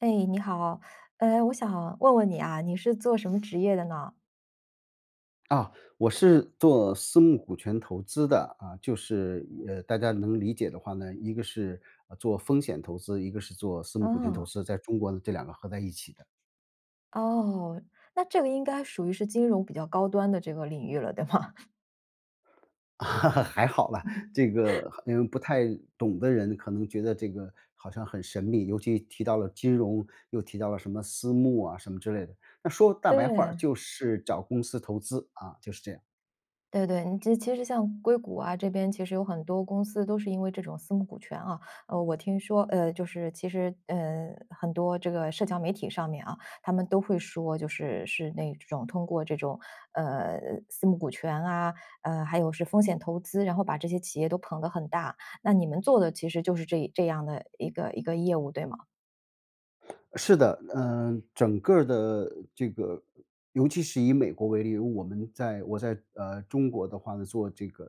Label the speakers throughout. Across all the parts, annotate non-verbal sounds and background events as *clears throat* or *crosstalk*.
Speaker 1: 哎，你好，我想问问你啊，你是做什么职业的呢？
Speaker 2: 啊，我是做私募股权投资的啊，就是大家能理解的话呢，一个是做风险投资，一个是做私募股权投
Speaker 1: 哦。
Speaker 2: 资，在中国呢，这两个合在一起的。
Speaker 1: 哦。那这个应该属于是金融比较高端的这个领域了，对吗？*laughs*
Speaker 2: *laughs* 还好啦，这个因为不太懂的人可能觉得这个好像很神秘，尤其提到了金融，又提到了什么私募啊什么之类的，那说大白话儿
Speaker 1: 对。
Speaker 2: 就是找公司投资啊，就是这样。
Speaker 1: 对对，你这其实像硅谷啊这边，其实有很多公司都是因为这种私募股权啊，我听说，就是其实，很多这个社交媒体上面啊，他们都会说，就是是那种通过这种呃私募股权啊，还有是风险投资，然后把这些企业都捧得很大。那你们做的其实就是这样的一个业务，对吗？
Speaker 2: 是的，整个儿的这个，尤其是以美国为例，因为我在中国的话呢，做这个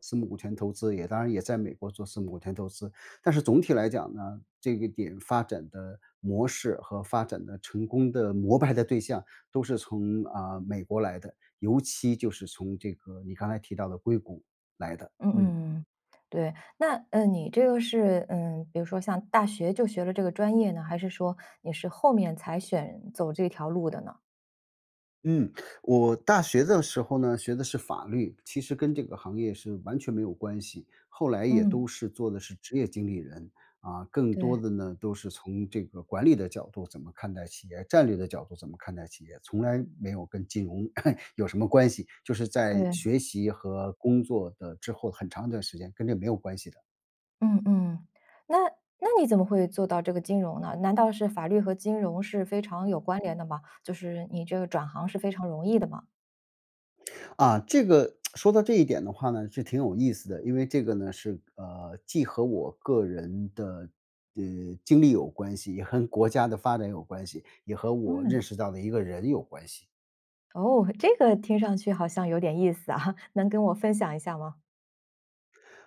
Speaker 2: 私募股权投资，也当然也在美国做私募股权投资，但是总体来讲呢，这个点发展的模式和发展的成功的膜拜的对象都是从美国来的，尤其就是从这个你刚才提到的硅谷来的，
Speaker 1: 嗯
Speaker 2: 嗯。
Speaker 1: 嗯。对。那你这个是比如说像大学就学了这个专业呢，还是说你是后面才选走这条路的呢？
Speaker 2: 嗯，我大学的时候呢，学的是法律，其实跟这个行业是完全没有关系。后来也都
Speaker 1: 嗯。
Speaker 2: 是做的是职业经理人，更多
Speaker 1: 对
Speaker 2: 的呢都是从这个管理的角度怎么看待企业，战略的角度怎么看待企业，从来没有跟金融 *laughs* 有什么关系。就是在
Speaker 1: 对。
Speaker 2: 学习和工作的之后很长一段时间跟这没有关系的。
Speaker 1: 嗯嗯。那那你怎么会做到这个金融呢？难道是法律和金融是非常有关联的吗？就是你这个转行是非常容易的吗？
Speaker 2: 这个说到这一点的话呢，是挺有意思的，因为这个呢是既和我个人的呃经历有关系，也和国家的发展有关系，也和我认
Speaker 1: 嗯。
Speaker 2: 识到的一个人有关系。
Speaker 1: 哦。这个听上去好像有点意思啊，*laughs* 能跟我分享一下吗？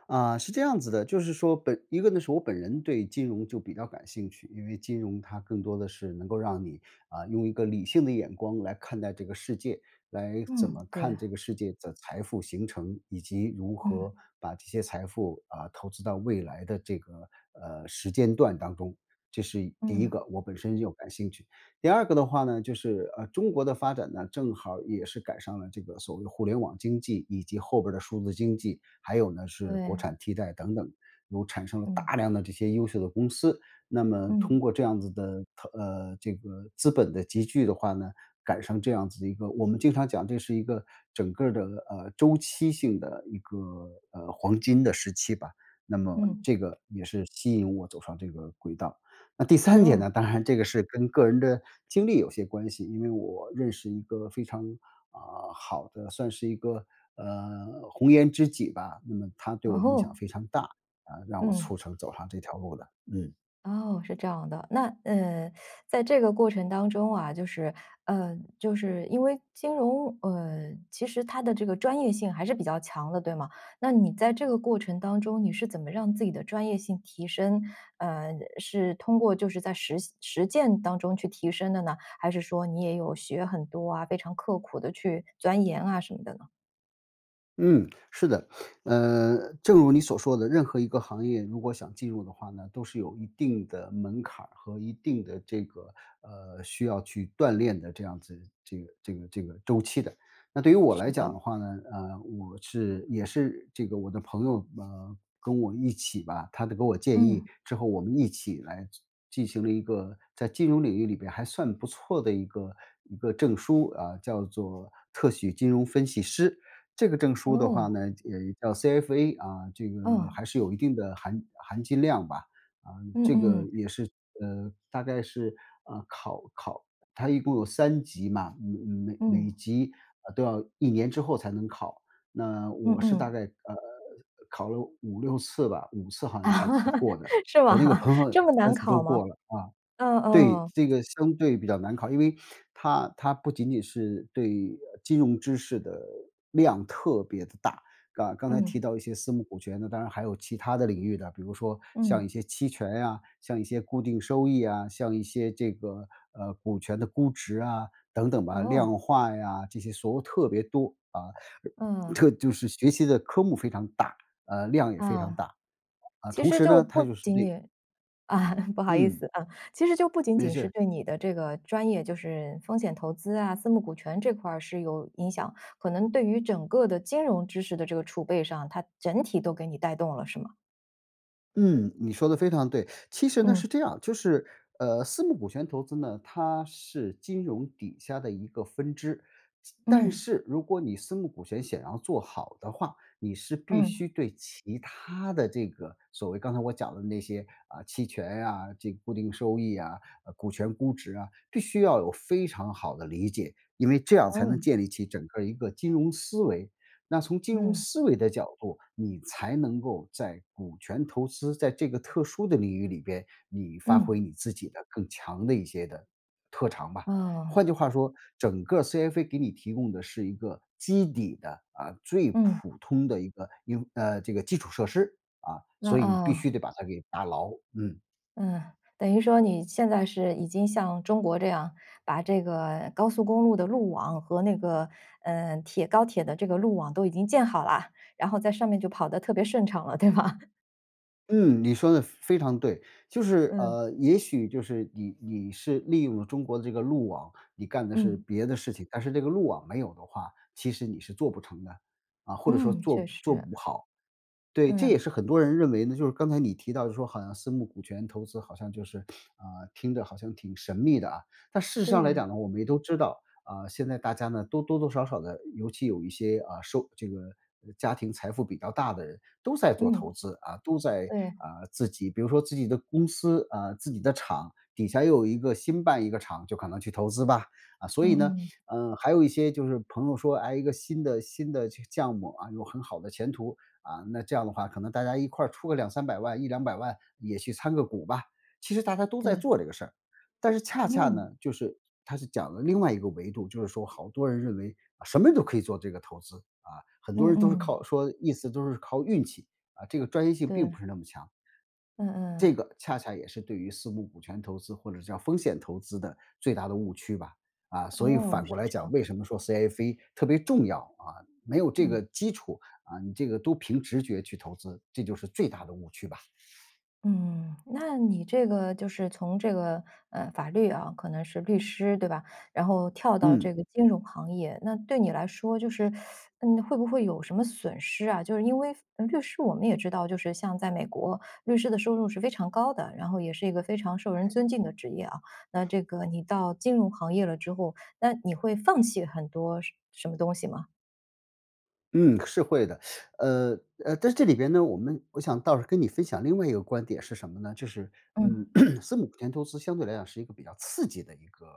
Speaker 2: 是这样子的，就是说一个呢是我本人对金融就比较感兴趣，因为金融它更多的是能够让你用一个理性的眼光来看待这个世界，来怎
Speaker 1: 嗯。
Speaker 2: 么
Speaker 1: 对。
Speaker 2: 看这个世界的财富形成，以及如
Speaker 1: 嗯
Speaker 2: 何把这些财富啊投资到未来的这个时间段当中，这是第一
Speaker 1: 嗯。
Speaker 2: 个我本身就感兴趣。第二个的话呢，就是中国的发展呢，正好也是赶上了这个所谓互联网经济，以及后边儿的数字经济，还有呢是
Speaker 1: 对。
Speaker 2: 国产替代等等，有产生了
Speaker 1: 嗯
Speaker 2: 大量的这些优秀的公司。那么
Speaker 1: 嗯
Speaker 2: 通过这样子的这个资本的集聚的话呢，赶上这样子的一个，我们经常讲这是一个整个儿的周期性的一个黄金的时期吧。那么
Speaker 1: 嗯。
Speaker 2: 这个也是吸引我走上这个轨道。那第三点
Speaker 1: 哦。
Speaker 2: 呢，当然这个是跟个人的经历有些关系，因为我认识一个非常啊、好的，算是一个红颜知己吧，那么他对我影响
Speaker 1: 哦。
Speaker 2: 非常大让我
Speaker 1: 嗯。
Speaker 2: 促成走上这条路的，嗯。
Speaker 1: 哦。是这样的。那在这个过程当中啊，就是就是因为金融，其实它的这个专业性还是比较强的，对吗？那你在这个过程当中，你是怎么让自己的专业性提升？是通过就是在实践当中去提升的呢，还是说你也有学很多啊，非常刻苦的去钻研啊什么的呢？
Speaker 2: 嗯，是的，正如你所说的，任何一个行业如果想进入的话呢，都是有一定的门槛儿和一定的这个需要去锻炼的这样子这个周期的。那对于我
Speaker 1: 是
Speaker 2: 来讲
Speaker 1: 的。
Speaker 2: 的话呢，也是这个我的朋友跟我一起吧，他的给我建
Speaker 1: 嗯。
Speaker 2: 议之后，我们一起来进行了一个在金融领域里边还算不错的一个证书啊，叫做特许金融分析师。这个证书的话
Speaker 1: 哦。
Speaker 2: 呢，也叫 CFA 啊，这个
Speaker 1: 哦。
Speaker 2: 还是有一定的含金量吧。啊，
Speaker 1: 嗯
Speaker 2: 这个
Speaker 1: 嗯
Speaker 2: 也是，大概是，呃，考考它一共有3级嘛，每
Speaker 1: 嗯
Speaker 2: 级，都要1年之后才能考。那
Speaker 1: 嗯
Speaker 2: 我是大
Speaker 1: 嗯。
Speaker 2: 概，考了五六次吧5次好
Speaker 1: 啊，
Speaker 2: 像是才过
Speaker 1: *laughs*
Speaker 2: 的，
Speaker 1: 是吗？
Speaker 2: 我那个朋
Speaker 1: *laughs*
Speaker 2: 友
Speaker 1: 这么难
Speaker 2: 3次
Speaker 1: 考
Speaker 2: 都
Speaker 1: 吗？
Speaker 2: 过了啊。
Speaker 1: 嗯
Speaker 2: 对，
Speaker 1: 嗯。
Speaker 2: 这个相对比较难考，因为它不仅仅是对金融知识的量特别的大，啊，刚才
Speaker 1: 嗯。
Speaker 2: 提到一些私募股权，那当然还有其他的领域的，比如说像一
Speaker 1: 嗯。
Speaker 2: 些期权呀，像一些固定收益啊，像一些这个，股权的估值啊，等等吧，
Speaker 1: 哦。
Speaker 2: 量化呀，这些所有特别多，啊，
Speaker 1: 嗯。
Speaker 2: 就是学习的科目非常大，量也非常
Speaker 1: 啊，
Speaker 2: 大，啊，
Speaker 1: 其
Speaker 2: 同
Speaker 1: 实
Speaker 2: 时
Speaker 1: 就
Speaker 2: 呢，它
Speaker 1: 不
Speaker 2: 就是
Speaker 1: 仅
Speaker 2: 对
Speaker 1: 仅啊，*laughs* 不好意
Speaker 2: 嗯，
Speaker 1: 思啊，其实就不仅
Speaker 2: 没
Speaker 1: 仅是
Speaker 2: 事。
Speaker 1: 对你的这个专业，就是风险投资啊、私募股权这块儿是有影响，可能对于整个的金融知识的这个储备上，它整体都给你带动了，是吗？
Speaker 2: 嗯，你说的非常对。其实呢
Speaker 1: 嗯。
Speaker 2: 是这样，就是私募股权投资呢，它是金融底下的一个分支。但
Speaker 1: 嗯。
Speaker 2: 是如果你私募股权想要做好的话，你是必
Speaker 1: 嗯。
Speaker 2: 须对其他的这个所谓刚才我讲的那些啊，期权呀、这个固定收益啊、股权估值啊，必须要有非常好的理解，因为这样才
Speaker 1: 哦。
Speaker 2: 能建立起整个一个金融思维。那从金融
Speaker 1: 嗯。
Speaker 2: 思维的角度，你才能够在股权投资在这个特殊的领域里边，你发挥
Speaker 1: 嗯。
Speaker 2: 你自己的更强的一些的特长吧。
Speaker 1: 哦。
Speaker 2: 换句话说，整个 CFA 给你提供的是一个基底的啊，最
Speaker 1: 嗯。
Speaker 2: 普通的一个这个基础设施啊，
Speaker 1: 那
Speaker 2: 所以你必
Speaker 1: 啊。
Speaker 2: 须得把它给打牢，嗯。
Speaker 1: 嗯。等于说你现在是已经像中国这样，把这个高速公路的路网和那个，高铁的这个路网都已经建好了，然后在上面就跑得特别顺畅了，对吧？*laughs*
Speaker 2: 嗯，你说的非常对。就是
Speaker 1: 嗯。
Speaker 2: 也许就是你是利用了中国的这个路网，你干的是
Speaker 1: 嗯。
Speaker 2: 别的事情，但是这个路网没有的话，其实你是做不成的，啊，或者说
Speaker 1: 嗯。确
Speaker 2: 做
Speaker 1: 实。
Speaker 2: 不好。对，这
Speaker 1: 嗯。
Speaker 2: 也是很多人认为呢，就是刚才你提到就说好像私募股权投资好像就是，啊，听着好像挺神秘的啊。但事实上来
Speaker 1: 对。
Speaker 2: 讲呢，我们也都知道，啊，现在大家呢都多多少少的，尤其有一些，啊，收这个家庭财富比较大的人都在做投
Speaker 1: 嗯。
Speaker 2: 资啊，都在，
Speaker 1: 对。
Speaker 2: 啊，自己比如说自己的公司，啊，自己的厂底下又有一个新办一个厂，就可能去投资吧。啊，所以呢，
Speaker 1: 嗯嗯。
Speaker 2: 嗯，还有一些就是朋友说，哎，一个新的这个项目啊，有很好的前途，啊，那这样的话，可能大家一块儿出个两三百万、一两百万也去参个股吧。其实大家都在
Speaker 1: 对。
Speaker 2: 做这个事儿，但是恰恰
Speaker 1: 嗯。
Speaker 2: 呢，就是他是讲了另外一个维度，就是说好多人认为啊，什么都可以做这个投资啊，很多
Speaker 1: 嗯
Speaker 2: 人都是
Speaker 1: 嗯。
Speaker 2: 靠说意思都是靠运气啊，这个专业性
Speaker 1: 对。
Speaker 2: 并不是那么强。
Speaker 1: 嗯
Speaker 2: 这
Speaker 1: 嗯。
Speaker 2: 个恰恰也是对于私募股权投资或者叫风险投资的最大的误区吧。啊，所以
Speaker 1: 哦。
Speaker 2: 反
Speaker 1: 是
Speaker 2: 过来
Speaker 1: 这
Speaker 2: 讲，
Speaker 1: 样。
Speaker 2: 为什么说 CFA 特别重要啊？没有这
Speaker 1: 嗯。
Speaker 2: 个基础啊，你这个都凭直觉去投资，这就是最大的误区吧。
Speaker 1: 嗯。那你这个就是从这个法律啊，可能是律师对吧？然后跳到
Speaker 2: 嗯。
Speaker 1: 这个金融行业，那对你来说就是，会不会有什么损失啊？就是因为律师我们也知道，就是像在美国，律师的收入是非常高的，然后也是一个非常受人尊敬的职业啊。那这个你到金融行业了之后，那你会放弃很多什么东西吗？
Speaker 2: 嗯，是会的，呃但是这里边呢，我想倒是跟你分享另外一个观点是什么呢？就是，嗯，
Speaker 1: 嗯
Speaker 2: *clears throat* 私募股权投资相对来讲是一个比较刺激的一个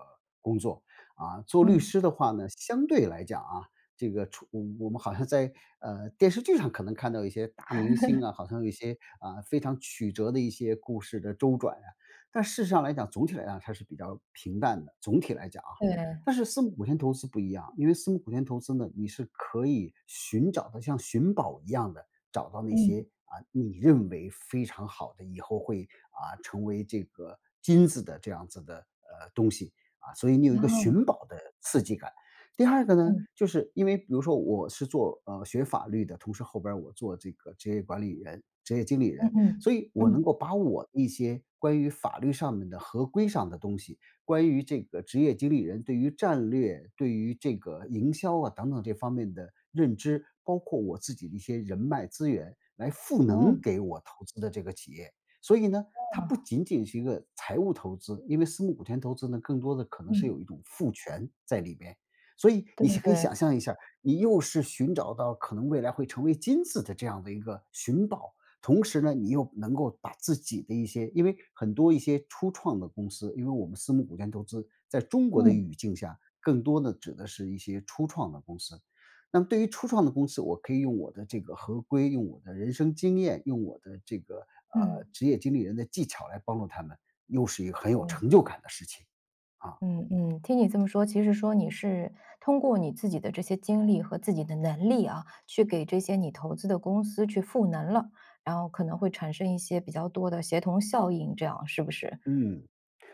Speaker 2: 工作啊。做律
Speaker 1: 嗯。
Speaker 2: 师的话呢，相对来讲啊，这个我们好像在电视剧上可能看到一些大明星啊，好像有一些非常曲折的一些故事的周转啊，但事实上来讲，总体来讲它是比较平淡的。总体来讲啊。
Speaker 1: 对。
Speaker 2: 但是私募股权投资不一样，因为私募股权投资呢，你是可以寻找的像寻宝一样的找到那些
Speaker 1: 嗯。
Speaker 2: 啊，你认为非常好的，以后会成为这个金子的这样子的东西啊，所以你有一
Speaker 1: 然
Speaker 2: 个
Speaker 1: 后
Speaker 2: 寻宝的刺激感。第二个呢，
Speaker 1: 嗯
Speaker 2: 就是因为比如说我是做学法律的，同时后边儿我做这个职业管理人、职业经理
Speaker 1: 嗯
Speaker 2: 人，所
Speaker 1: 嗯
Speaker 2: 以我能
Speaker 1: 嗯。
Speaker 2: 够把我一些关于法律上面的合规上的东西关于这个职业经理人对于战略、对于这个营销啊等等这方面的认知，包括我自己的一些人脉资源来赋
Speaker 1: 哦。
Speaker 2: 能给我投资的这个企业。所以呢，它不
Speaker 1: 啊
Speaker 2: 仅仅是一个财务投资，因为私募股权投资呢，更多的可能是
Speaker 1: 嗯。
Speaker 2: 有一种赋权在里边。所以
Speaker 1: 对
Speaker 2: 你
Speaker 1: 对
Speaker 2: 可以
Speaker 1: 对。
Speaker 2: 想象一下，你又是寻找到可能未来会成为金子的这样的一个寻宝，同时呢，你又能够把自己的一些因为很多一些初创的公司，因为我们私募股权投资在中国的
Speaker 1: 嗯
Speaker 2: 语境下，更多的指的是一些初创的公司。那么对于初创的公司，我可以用我的这个合规，用我的人生经验，用我的这个
Speaker 1: 嗯。
Speaker 2: 职业经理人的技巧来帮助他们，又是一个很有
Speaker 1: 对。
Speaker 2: 成就感的事情啊，
Speaker 1: 嗯嗯，听你这么说，其实说你是通过你自己的这些经历和自己的能力啊，去给这些你投资的公司去赋能了，然后可能会产生一些比较多的协同效应，这样是不是？
Speaker 2: 嗯。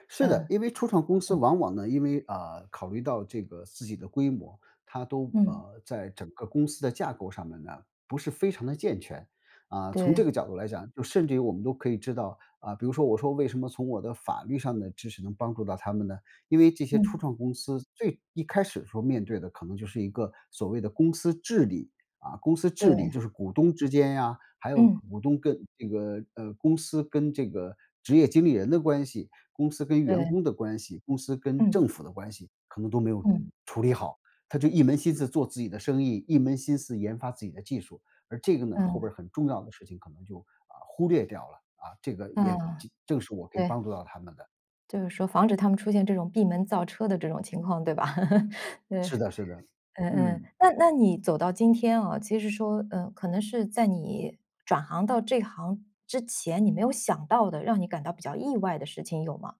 Speaker 2: 是
Speaker 1: 嗯
Speaker 2: 的，因为初创公司
Speaker 1: 嗯
Speaker 2: 往往呢，因为考虑到这个自己的规模，它都
Speaker 1: 嗯。
Speaker 2: 在整个公司的架构上面呢不是非常的健全啊、从
Speaker 1: 对。
Speaker 2: 这个角度来讲，就甚至于我们都可以知道啊、比如说我说为什么从我的法律上的知识能帮助到他们呢？因为这些初
Speaker 1: 嗯
Speaker 2: 创公司最一开始说面对的可能就是一个所谓的公司治理啊，公司治理
Speaker 1: 对。
Speaker 2: 就是股东之间呀，还有
Speaker 1: 嗯
Speaker 2: 股东跟这个公司跟这个职业经理人的关系，公司跟员
Speaker 1: 对。
Speaker 2: 工的关系，公司跟政
Speaker 1: 嗯
Speaker 2: 府的关系，可能都没有
Speaker 1: 嗯
Speaker 2: 处理好。他就一门心思嗯做自己的生意，一门心思研发自己的技术，而这个呢，后
Speaker 1: 嗯
Speaker 2: 边儿很重要的事情可能就，啊，忽略掉了，啊，这个
Speaker 1: 嗯。
Speaker 2: 也
Speaker 1: 啊。
Speaker 2: 正正是我可以
Speaker 1: 对。
Speaker 2: 帮助到他们的。
Speaker 1: 就是说防止他们出现这种闭门造车的这种情况，对吧？*laughs* 对。
Speaker 2: 是的是的，
Speaker 1: 嗯嗯。
Speaker 2: 嗯。
Speaker 1: 那你走到今天啊，其实说，可能是在你转行到这行之前，你没有想到的，让你感到比较意外的事情有吗？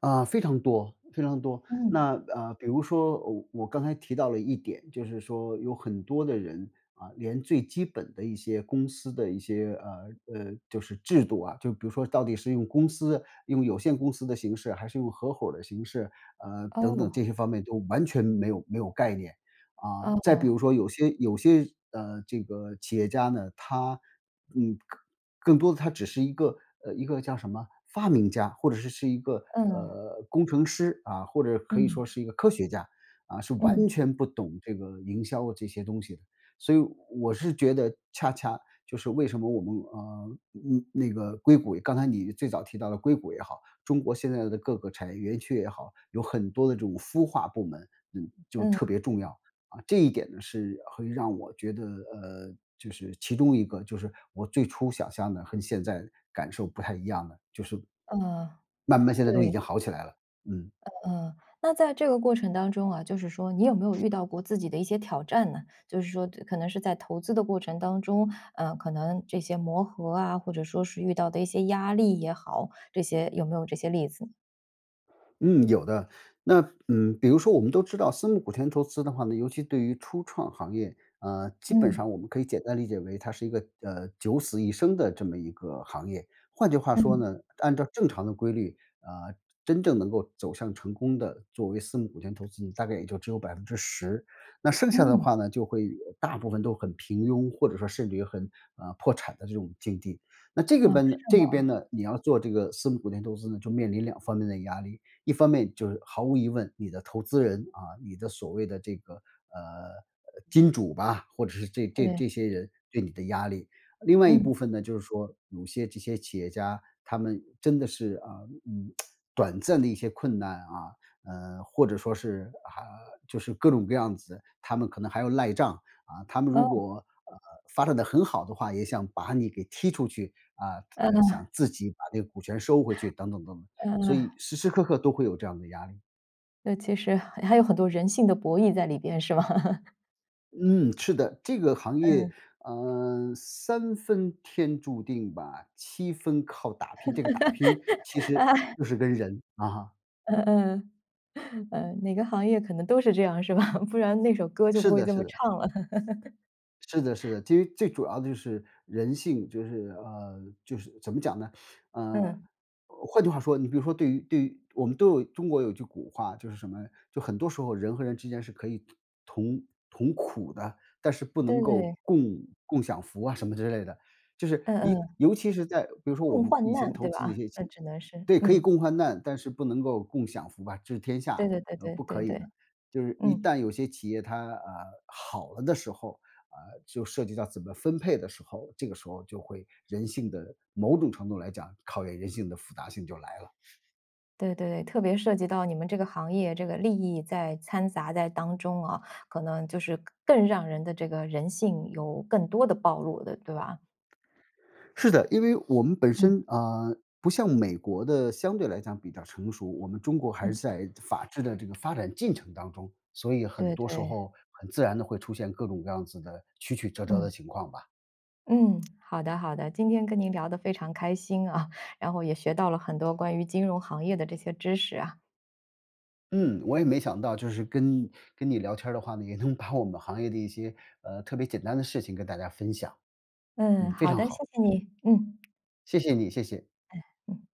Speaker 2: 啊，非常多，非常多。
Speaker 1: 嗯。
Speaker 2: 那比如说我刚才提到了一点，就是说有很多的人啊，连最基本的一些公司的一些就是制度啊，就比如说到底是用公司用有限公司的形式，还是用合伙儿的形式，等等
Speaker 1: 哦。
Speaker 2: 这些方面都完全没有概念。啊，再比如
Speaker 1: 哦。
Speaker 2: 说有些,这个企业家呢，他，嗯，更多的他只是一个，一个叫什么发明家，或者是一个，
Speaker 1: 嗯。
Speaker 2: 工程师啊，或者可以说
Speaker 1: 嗯。
Speaker 2: 是一个科学家，啊，是完
Speaker 1: 嗯。
Speaker 2: 全不懂这个营销这些东西的。所以我是觉得恰恰就是为什么我们，那个硅谷刚才你最早提到的硅谷也好，中国现在的各个产业园区也好，有很多的这种孵化部门，嗯，就
Speaker 1: 嗯。
Speaker 2: 特别重要。啊，这一点呢是会让我觉得，就是其中一个就是我最初想象的和现在感受不太一样的，就是
Speaker 1: 呃，
Speaker 2: 慢慢现在都已
Speaker 1: 对。
Speaker 2: 经好起来了，嗯。
Speaker 1: 嗯。那在这个过程当中啊，就是说你有没有遇到过自己的一些挑战呢？就是说可能是在投资的过程当中，可能这些磨合啊，或者说是遇到的一些压力也好，这些有没有这些例子？
Speaker 2: 嗯，有的。那嗯，比如说我们都知道，私募股权投资的话呢，尤其对于初创行业，基本上
Speaker 1: 嗯。
Speaker 2: 我们可以简单理解为它是一个九死一生的这么一个行业。换句话说
Speaker 1: 嗯。
Speaker 2: 呢，按照正常的规律，呃，真正能够走向成功的，作为私募股权投资，大概也就只有10%。那剩下的
Speaker 1: 嗯。
Speaker 2: 话呢，就会大部分都很平庸，或者说甚至于很破产的这种境地。那这个
Speaker 1: 哦。
Speaker 2: 边呢
Speaker 1: 是
Speaker 2: 这一
Speaker 1: 吗？
Speaker 2: 边呢，你要做这个私募股权投资呢，就面临两方面的压力。一方面就是毫无疑问，你的投资人啊，你的所谓的这个金主吧，或者是这这
Speaker 1: 对。
Speaker 2: 这些人对你的压力。另外一
Speaker 1: 嗯。
Speaker 2: 部分呢，就是说有些这些企业家，他们真的是啊，嗯，短暂的一些困难啊，或者说是还就是各种各样子，他们可能还要赖账啊。他们如
Speaker 1: 哦。
Speaker 2: 果呃发展的很好的话，也想把你给踢出去
Speaker 1: 嗯嗯。啊。是吗？对。
Speaker 2: 啊，
Speaker 1: 嗯。哦。
Speaker 2: 想自己把这个股权收回去，等等等等。
Speaker 1: 嗯
Speaker 2: 所
Speaker 1: 嗯。
Speaker 2: 以时时刻刻都会有这样的压力。
Speaker 1: 那其实还有很多人性的博弈在里边是吗？*laughs*
Speaker 2: 嗯，是的，这个行业，
Speaker 1: 嗯。
Speaker 2: 嗯，三分天注定吧，七分靠打拼。这个打拼其实就是跟人啊哈，
Speaker 1: 嗯嗯。嗯。哪个行业可能都是这样是吧？*laughs* 不然那首歌就
Speaker 2: 是
Speaker 1: 不会
Speaker 2: 的
Speaker 1: 这
Speaker 2: 是
Speaker 1: 么
Speaker 2: 的。
Speaker 1: 唱了。*laughs*
Speaker 2: 是的，是的，其实最主要的就是人性，就是就是怎么讲呢？呃，
Speaker 1: 嗯。
Speaker 2: 换句话说，你比如说对于我们都有中国有句古话，就是什么？就很多时候人和人之间是可以同同苦的，但是不
Speaker 1: 对
Speaker 2: 能够
Speaker 1: 对。
Speaker 2: 共共享福啊什么之类的。就是
Speaker 1: 嗯
Speaker 2: 一
Speaker 1: 嗯。
Speaker 2: 尤其是在比如说我
Speaker 1: 共
Speaker 2: 们
Speaker 1: 患
Speaker 2: 以前
Speaker 1: 难
Speaker 2: 投
Speaker 1: 对
Speaker 2: 资的一
Speaker 1: 吧？
Speaker 2: 些
Speaker 1: 那
Speaker 2: 企
Speaker 1: 只能是。
Speaker 2: 对，可以
Speaker 1: 嗯。
Speaker 2: 共患难，但是不能够共享福吧，治天下，
Speaker 1: 对对对对
Speaker 2: 不
Speaker 1: 对
Speaker 2: 可以的。
Speaker 1: 对。
Speaker 2: 就是一
Speaker 1: 嗯。
Speaker 2: 旦有些企业它好了的时候，啊，就涉及到怎么分配的时候，这个时候就会人性的某种程度来讲，考验人性的复杂性就来了。
Speaker 1: 对对对，特别涉及到你们这个行业这个利益在掺杂在当中啊，可能就是更让人的这个人性有更多的暴露的，对吧？
Speaker 2: 是的，因为我们本
Speaker 1: 嗯。
Speaker 2: 身不像美国的相对来讲比较成熟，我们中国还是
Speaker 1: 嗯。
Speaker 2: 在法治的这个发展进程当中，所以很
Speaker 1: 对
Speaker 2: 多时
Speaker 1: 对。
Speaker 2: 候很自然的会出现各种各样子的曲曲折折
Speaker 1: 嗯
Speaker 2: 的情况吧。
Speaker 1: 嗯。好的好的，今天跟您聊得非常开心啊，然后也学到了很多关于金融行业的这些知识啊。
Speaker 2: 嗯，我也没想到，就是跟你聊天儿的话呢，也能把我们行业的一些特别简单的事情跟大家分享。
Speaker 1: 嗯。
Speaker 2: 嗯，非
Speaker 1: 好
Speaker 2: 常
Speaker 1: 的，谢
Speaker 2: 好，
Speaker 1: 谢你。嗯。
Speaker 2: 谢谢你，谢谢。
Speaker 1: 嗯。